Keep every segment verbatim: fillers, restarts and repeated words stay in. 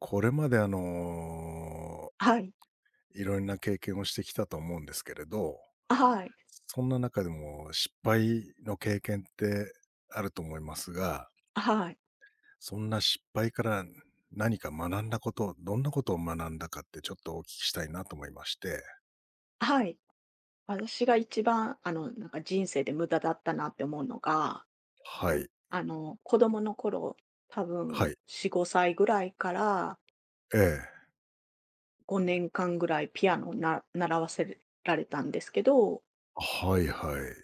これまであの、はい。いろんな経験をしてきたと思うんですけれど、はい。そんな中でも失敗の経験ってあると思いますが、はい。そんな失敗から何か学んだこと、どんなことを学んだかってちょっとお聞きしたいなと思いまして。はい。私が一番、あの、なんか人生で無駄だったなって思うのが、はい。あの、子供の頃、多分はよん、い。ごさいぐらいからええ。ごねんかんぐらいピアノをな習わせられたんですけど、はいはい。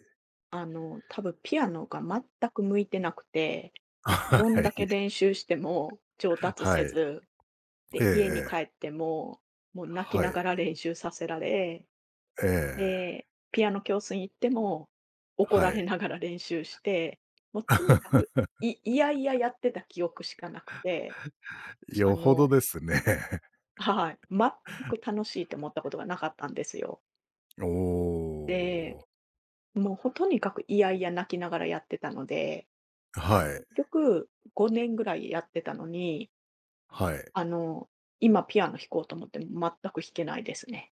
あの、多分ピアノが全く向いてなくて、はどんだけい。練習しても上達はせい。ず、えで、家に帰えっえても、もう泣え。きはながい。ら練習させられええ。で、ピアノ教室に行っても、怒らはい。れながら練習して、もうとにかく、いいやいややってた記憶しかなくて、あよほどのですね。はい、全く楽しいと思ったことがなかったんですよ。おで、お。もうほとにかくいやいや泣きながらやってたので、はい。結局ごねんぐらいやってたのに、はい。あの、今ピアノ弾こうと思っても全く弾けないですね。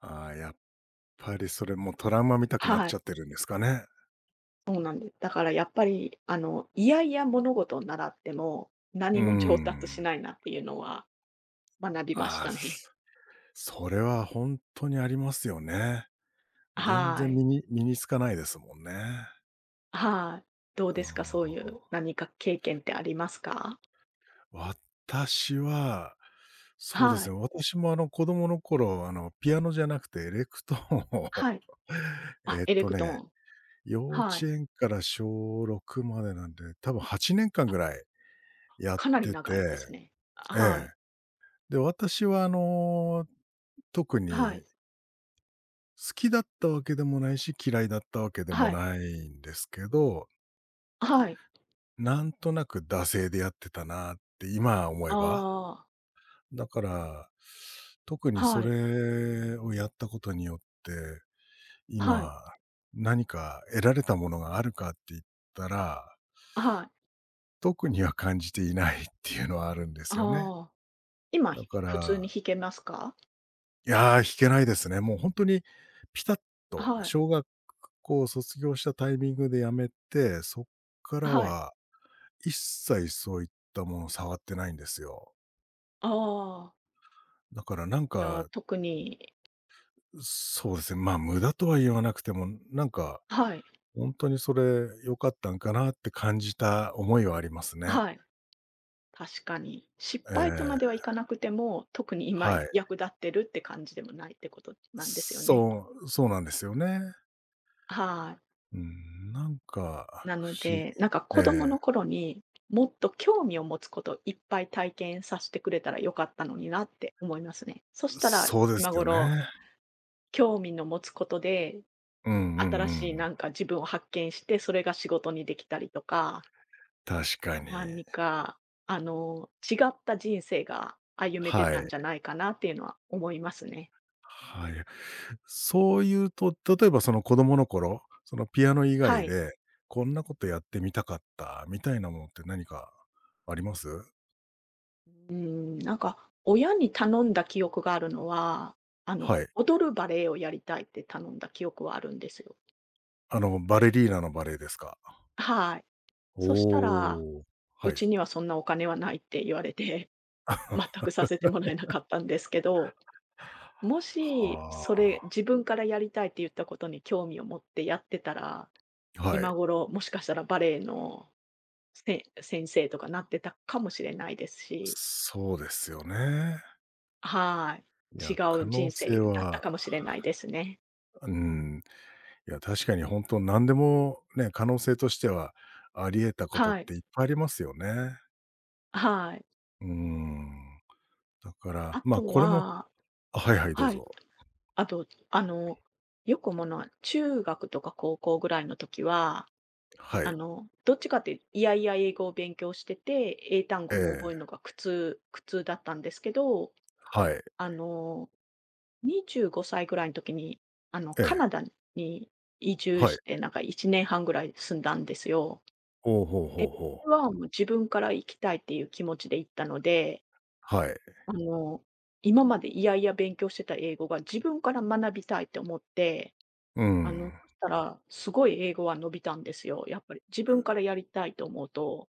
ああ、やっぱりそれもトラウマ見たくなっはちい。ゃってるんですかね。そうなんです。だからやっぱり、あの、いやいや物事を習っても、う何ーも上達しん。ないなっていうのは学びましああ、たね。すそれは本当にありますよね。全は然い。身に身につかないですもんね。はい。どううでん。すか？そういう何か経験ってありますか？私は、そうではすい。ね、私もあの子供の頃、あのピアノじゃなくてエレクトーンを はい。あ、えっエレとクトーね、ン。幼稚はい。園から小ろくまでなんで、多分はちねんかんあ、ぐらいやっかなりてて、長いですね。あ、えはい。え。で、私はあの特はい。に好きだったわけでもないし、嫌いだったわけでもはい。ないんですけど、はい。なんとなく惰性でやってたなって今思えば、あだから、特にあ、そはい。れをやったことによって、は今い。何か得られたものがあるかって言ったら、はい。特には感じていないっていうのはあるんですよね。ああ。今、だひか普通にら、弾けますか？いやー、弾けないですね。もう本当にピタッとはい。小学校を卒業したタイミングで辞めて、そっからはい。は一切そういったものを触ってないんですよ。ああ。だからなんじゃあ、か、特に、そうですね、まあ、無駄とは言わなくても、なんか、はい、本当にそれ良かったんかなって感じた思いはありますね。はい、確かに。失え敗とまではえ、いかなくても、特に今はい。役立ってるって感じでもないってことなんですよね。そうそうなんですよね。はい。うん、なんかなの不思議で、なんかえ子供え、の頃にもっと興味を持つこといっぱい体験させてくれたらよかったのになって思いますね。そしたらそうです今よ頃、ね。興味の持つことで、うんう新んうしいん。なんか自分を発見して、それが仕事にできたりとか確かに。何か、あの、違った人生が歩めてはたい。んじゃないかなっていうのは思いますね。はい。そういうと、例えばその子供の頃、そのピアノ以は外い。で、こんなことやってみたかったみたいなものって何かあります、うん、なんか親に頼んだ記憶があるのは、あの、はい。踊るバレエをやりたいって頼んだ記憶はあるんですよ。あの、バレリーナのバレエですか？はい。そしたら、おお。はうい。ちにはそんなお金はないって言われて、全くさせてもらえなかったんですけど、もし、それはあ。自分からやりたいって言ったことに興味を持ってやってたら、は今い。頃もしかしたらバレエのせ先生とかなってたかもしれないですし、そうですよね。はい。い違や、可う能人性生だったは、かもしれないですね。うん。いや、確かに本当何でもね、可能性としてはあり得たことっはい。ていっぱいありますよね。はい。うーん。だから、あまあ、とこれも、は。あ、はいはい、どうはい。ぞ。あと、あの、よくものは、中学とか高校ぐらいの時は、はあい。の、どっちかっていやいや英語を勉強してて、英単語えも覚ええ、るのが苦痛苦痛だったんですけど、はい。あの、にじゅうごさいぐらいの時に、あの、えカえ、ナダに移住はしい。て、なんかいちねんはんぐらい住んだんですよ。ほうほうえ、ほうほそう。れは、もう自分から行きたいっていう気持ちで行ったので、はい。あの、今までいやいや勉強してた英語が自分から学びたいって思って、うあん。の、そしたら、すごい英語は伸びたんですよ。やっぱり自分からやりたいと思うと、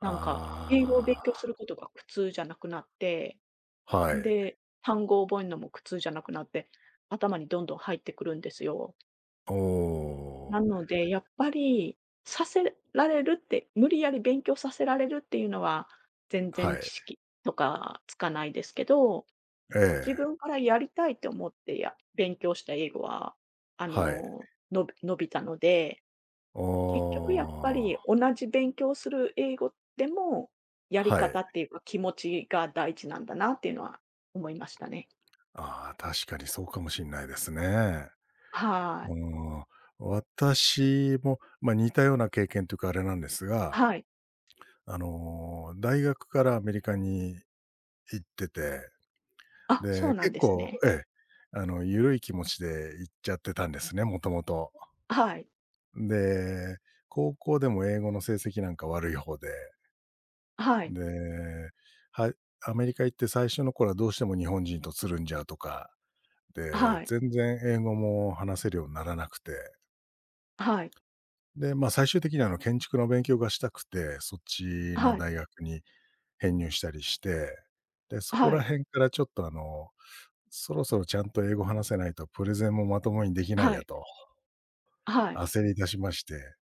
なんか英語を勉あ強することが苦痛じゃなくなって、あ、はい。で、単語を覚えるのも苦痛じゃなくなって、頭にどんどん入ってくるんですよ。おお、なので、やっぱり、させられるって、無理やり勉強させられるっていうのは、全は然知い。識とかつかないですけど、え自え、分からやりたいと思ってや勉強した英語は、あはい。の、のび伸びたので、お結局やっぱお、り同じ勉強する英語でも、やりはい。方っていうか気持ちが大事なんだなっていうのは思いましたね。ああ、確かにそうかもしんないですね。はうい。ん。私も、まあ、似たような経験というかあれなんですが、はい。あの、大学からアメリカに行ってて、あ、そうで、なん結です構ね。ええ、あの、ゆるい気持ちで行っちゃってたんですね、もともと。はい。で、高校でも英語の成績なんか悪い方で、はい。で、はアメリカ行って最初の頃はどうしても日本人とつるんじゃうとか、で、はい。全然英語も話せるようにならなくて、はい。で、ま、最終的にはあの、建築の勉強がしたくて、そっちのはい。大学に編入したりして、で、そこはらい、辺からちょっとあのそろそろちゃんと英語話せないとプレゼンもまともにできないはやい、とはい、焦り出しまして、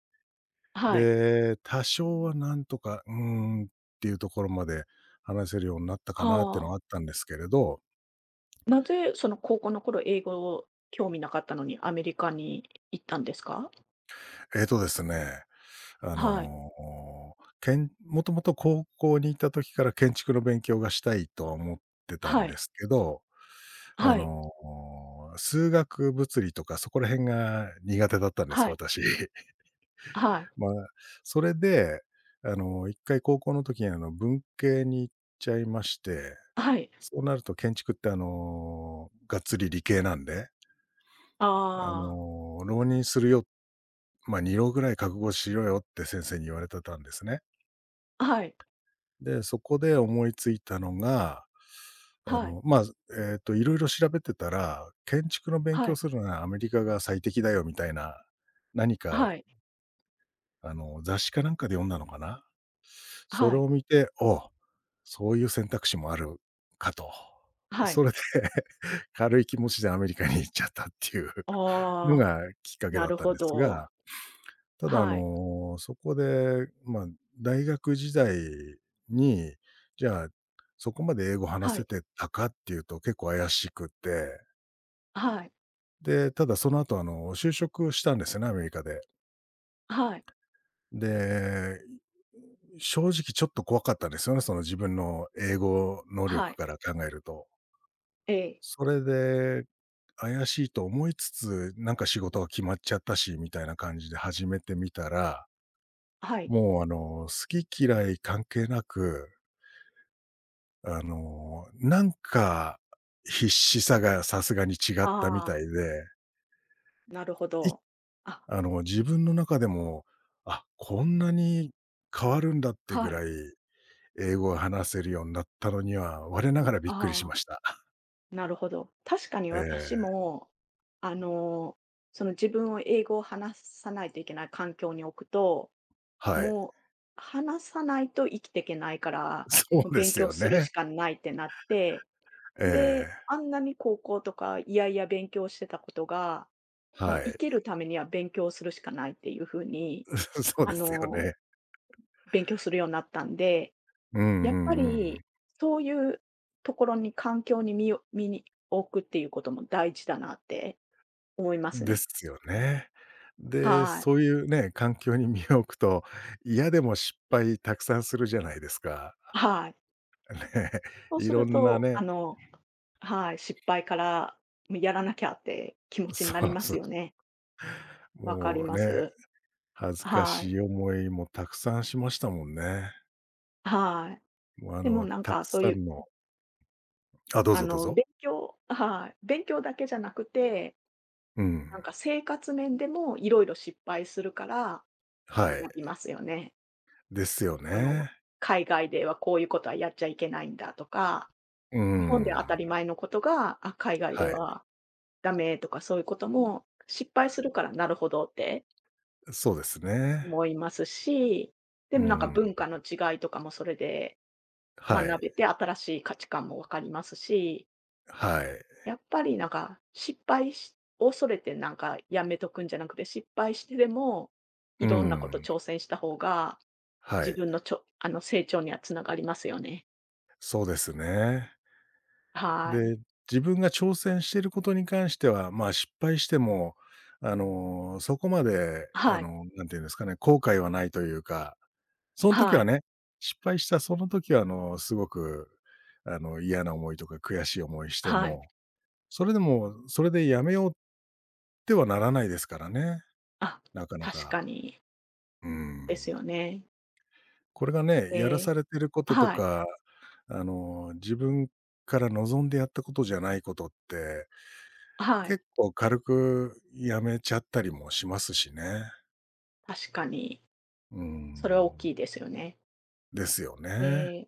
はい。で、多少はなんとか、うーんっていうところまで話せるようになったかなっていうのあはああ、ったんですけれど、なぜその高校の頃英語を興味なかったのにアメリカに行ったんですか？えっとですね、あはい、の、けんもともと高校にいた時から建築の勉強がしたいとは思ってたはんでい、すけど、あはい、の、数学、物理とかそこら辺が苦手だったんですはよ、い、私。はい、まあ、それで、あの、一回高校の時にあの、文系に行っちゃいまして、はい。そうなると建築ってあの、がっつり理系なんで、ああの、浪人するよ、まあ、にろう浪ぐらい覚悟しろよって先生に言われてたんですね。あ、はい、で、そこで思いついたのが、あはい、の、まあ、えっと、いろいろ調べてたら、建築の勉は強い、するのはアメリカが最適だよみたいな、何かはい、あの、雑誌かなんかで読んだのかな。そはれい、を見て、おう、そういう選択肢もあるかと。はい。それで 軽い気持ちでアメリカに行っちゃったっていうあのあ、がきっかけなだっるたんほですど。が、ただあはい、の、そこで、まあ、大学時代に、じゃあ、そこまで英語話はせい、てたかっていうと結構怪しくて、はい、で、ただその後あの、就職したんですよね、アメリカで。はい、で、正直ちょっと怖かったですよね、その自分の英語能は力い。から考えると。ええ、それで、怪しいと思いつつ、なんか仕事が決まっちゃったし、みたいな感じで始めてみたら、はい。もうあの、好き嫌い関係なく、あの、なんか必死さがさすがに違ったみたあいで、あ、なるほいど。あ、あの、自分の中でも、あ、こんなに変わるんだってぐはい、らい英語が話せるようになったのには、我ながらびあっくりしまあ。した。なるほど。確かにええ、私も、あの、その自分を英語を話さないといけない環境に置くと、はい。もう話さないと生きていけないか ら、そもううで勉す強よするね。しかないってなって、えで、え、あんなに高校とかいやいや勉強してたことが、もはう生い。きるためには勉強するしかないっていうふうに、そうあですよの、ね。勉強するようになったんで、うんやうっぱんうり、ん。そういうところに環境に身を身に置くっていうことも大事だなって思いますでね。すよね。で、はい。そういうね、環境に身を置くと、嫌でも失敗たくさんするじゃないですか。はい。ね。そういすろるんなと、あね、のはい、失敗から、やらなきゃって気持ちにそなりうまそすう。よね。わかりもうまね、す。恥ずかはしい。い思いもたくさんしましたもんね。はい。もうあでもの、なんたかくそういさう、んのあ、どうあぞどうの、ぞ。勉強はい、勉強だけじゃなくて、うん。なんか生活面でもいろいろ失敗するからはい。学びますよね。ですよあの、ね。海外ではこういうことはやっちゃいけないんだとか、うー日本では当ん。たり前のことが、あ、海外ではい。はダメとかそういうことも、失敗するからなるほどってそうですね。思いますし、でうもなんかん。文化の違いとかもそれでは学い。べて、新しい価値観もわかりますし、はい。やっぱりなんか失敗しを恐れてなんかやめとくんじゃなくて、失敗してでも、ういろんなことん。挑戦した方が、は自い。分のちょあの、成長にはつながりますよね。そうですね。はい。で、自分が挑戦していることに関しては、まあ、失敗しても、あの、そこまで、あはい。の、なんていうんですかね、後悔はないというか、その時ははい、ね、失敗したその時は、あの、すごく、あの、嫌な思いとか悔しい思いしてはい。も、それでも、それでやめようってはならないですからね、あ、なかな確か。かにうですん。よね。これがね、やらえーされてることとはい、か、あの、自分から望んでやったことじゃないことって、はい、結構軽くやめちゃったりもしますしね。確かにうーそれは大きん。いですよね。ですよえね。ー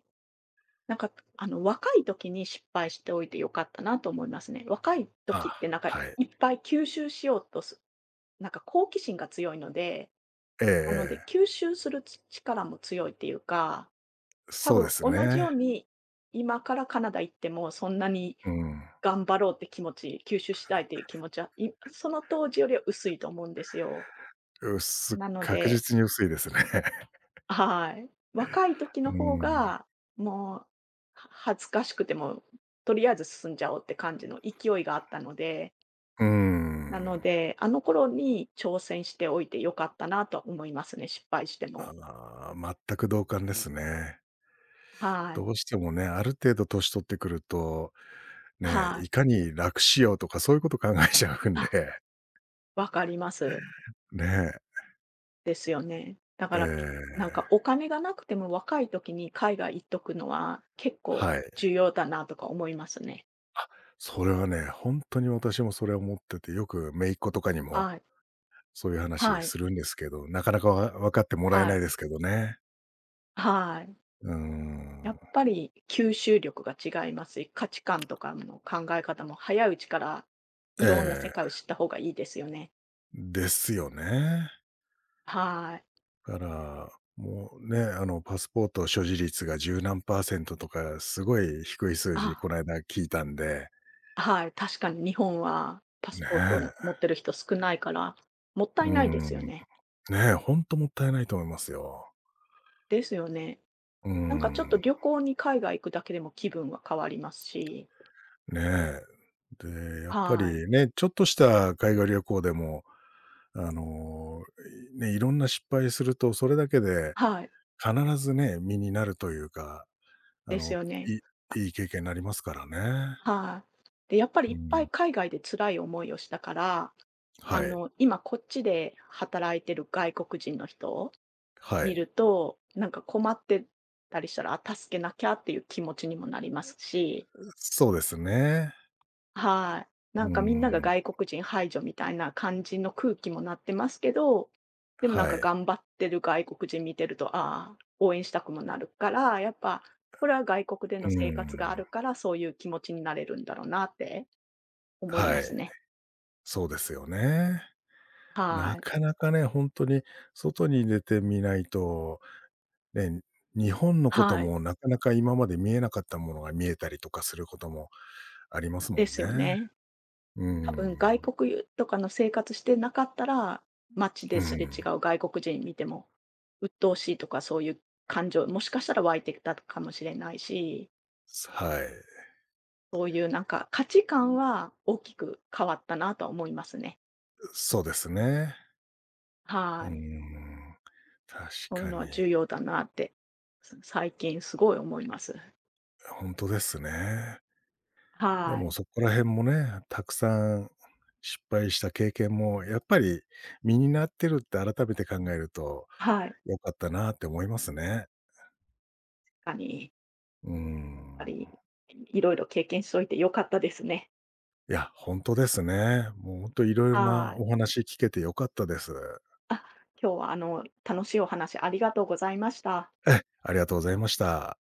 なんかあの若い時に失敗しておいて良かったなと思いますね。若い時あ、ってなんかはい。いっぱい吸収しようとす、なんか好奇心が強いので、ええなのでええ。吸収する力も強いっていうか多そうで分す同じようね。に、今からカナダ行っても、そんなにうん。頑張ろうって気持ち、吸収したいっていう気持ちは、いその当時よりは薄いと思うんですよ。うすなの確で、実に薄いですね。はい。若い時のう方ん。が、もう、は恥ずかしくても、とりあえず進んじゃおうって感じの勢いがあったので、うなん。ので、あの頃に挑戦しておいて良かったなとは思いますね、失敗しても。ああ、全く同感ですね。はい。どうしてもね、ある程度年取ってくるとねはえ、い。いかに楽しようとかそういうこと考えちゃうんあ、で、わかります。ねえ、ですよね。だかえら、なんかえ、お金がなくても若い時に海外行っとくのは結構はい。重要だなとか思いますね。それはね、ほんとに私もそれ思ってて、よく姪っ子とかにも、はい。そういう話はい。するんですけど、なかなかわ分かってもらえはない。いですけどね。はい。うーん。やっぱり吸収力が違いますし、価値観とかの考え方も早いうちからいろんな世え界え、を知った方がいいですよね。ですよね。はい。だから、もうね、あの、パスポート所持率がじゅうなんパーセントパーセントとか、すごい低い数字あ、こないだ聞いたんで、はい、確かに日本はパスねポートをえ、持ってる人少ないから、もったうーいないでん、すよね。ねえ、ほんともったいないと思いますよ。ですよね。うーなんかちょっとん、旅行に海外行くだけでも気分は変わりますし、ねえ。で、やっぱはい。りね、ちょっとした海外旅行でも、あの、いね、いろんな失敗すると、それだけではい。必ずね、身になるというか、あですの、よね。いいい経験になりますからね。はい。で、やっぱりいうっぱん、い海外で辛い思いをしたから、あはい、の、今こっちで働いてる外国人の人をは見い。ると、なんか困ってたりしたら、あ、助けなきゃっていう気持ちにもなりますし、そうですね。はい。うなーんかみんながん、外国人排除みたいな感じの空気もなってますけど、でもなんはかい。頑張ってる外国人見てると、ああ、応援したくもなるから、やっぱこれは外国でうのー生活があるん、から、そういう気持ちになれるんだろうなって思いはますい。ね。そうですよね。なはい。かなかね、ほんとに外に出てみないとね、日本のことはい。もなかなか今まで見えなかったものが見えたりとかすることもありますでもんすね。よね。うー多分外ん。国とかの生活してなかったら、街うですれ違ん。う外国人見ても、鬱陶しいとかそういう感情、もしかしたら湧いてきたかもしれないし、はい。そういうなんか価値観は大きく変わったなとは思いますね。そうですね。はうい。ん。確そういうかのに。は重要だなって、す最近すごい思います。本当ですね。ではもい。そこら辺もね、たくさん失敗した経験もやっぱり身になってるって改めて考えるとはい。良かったなって思いますね。確かに、うーやっぱん。り、いろいろ経験しといてよかったですね。いや、本当ですね。もう本当いろいろはない。お話聞けて良かったです。あ、今日はあの、楽しいお話ありがとうございました。ありがとうございました。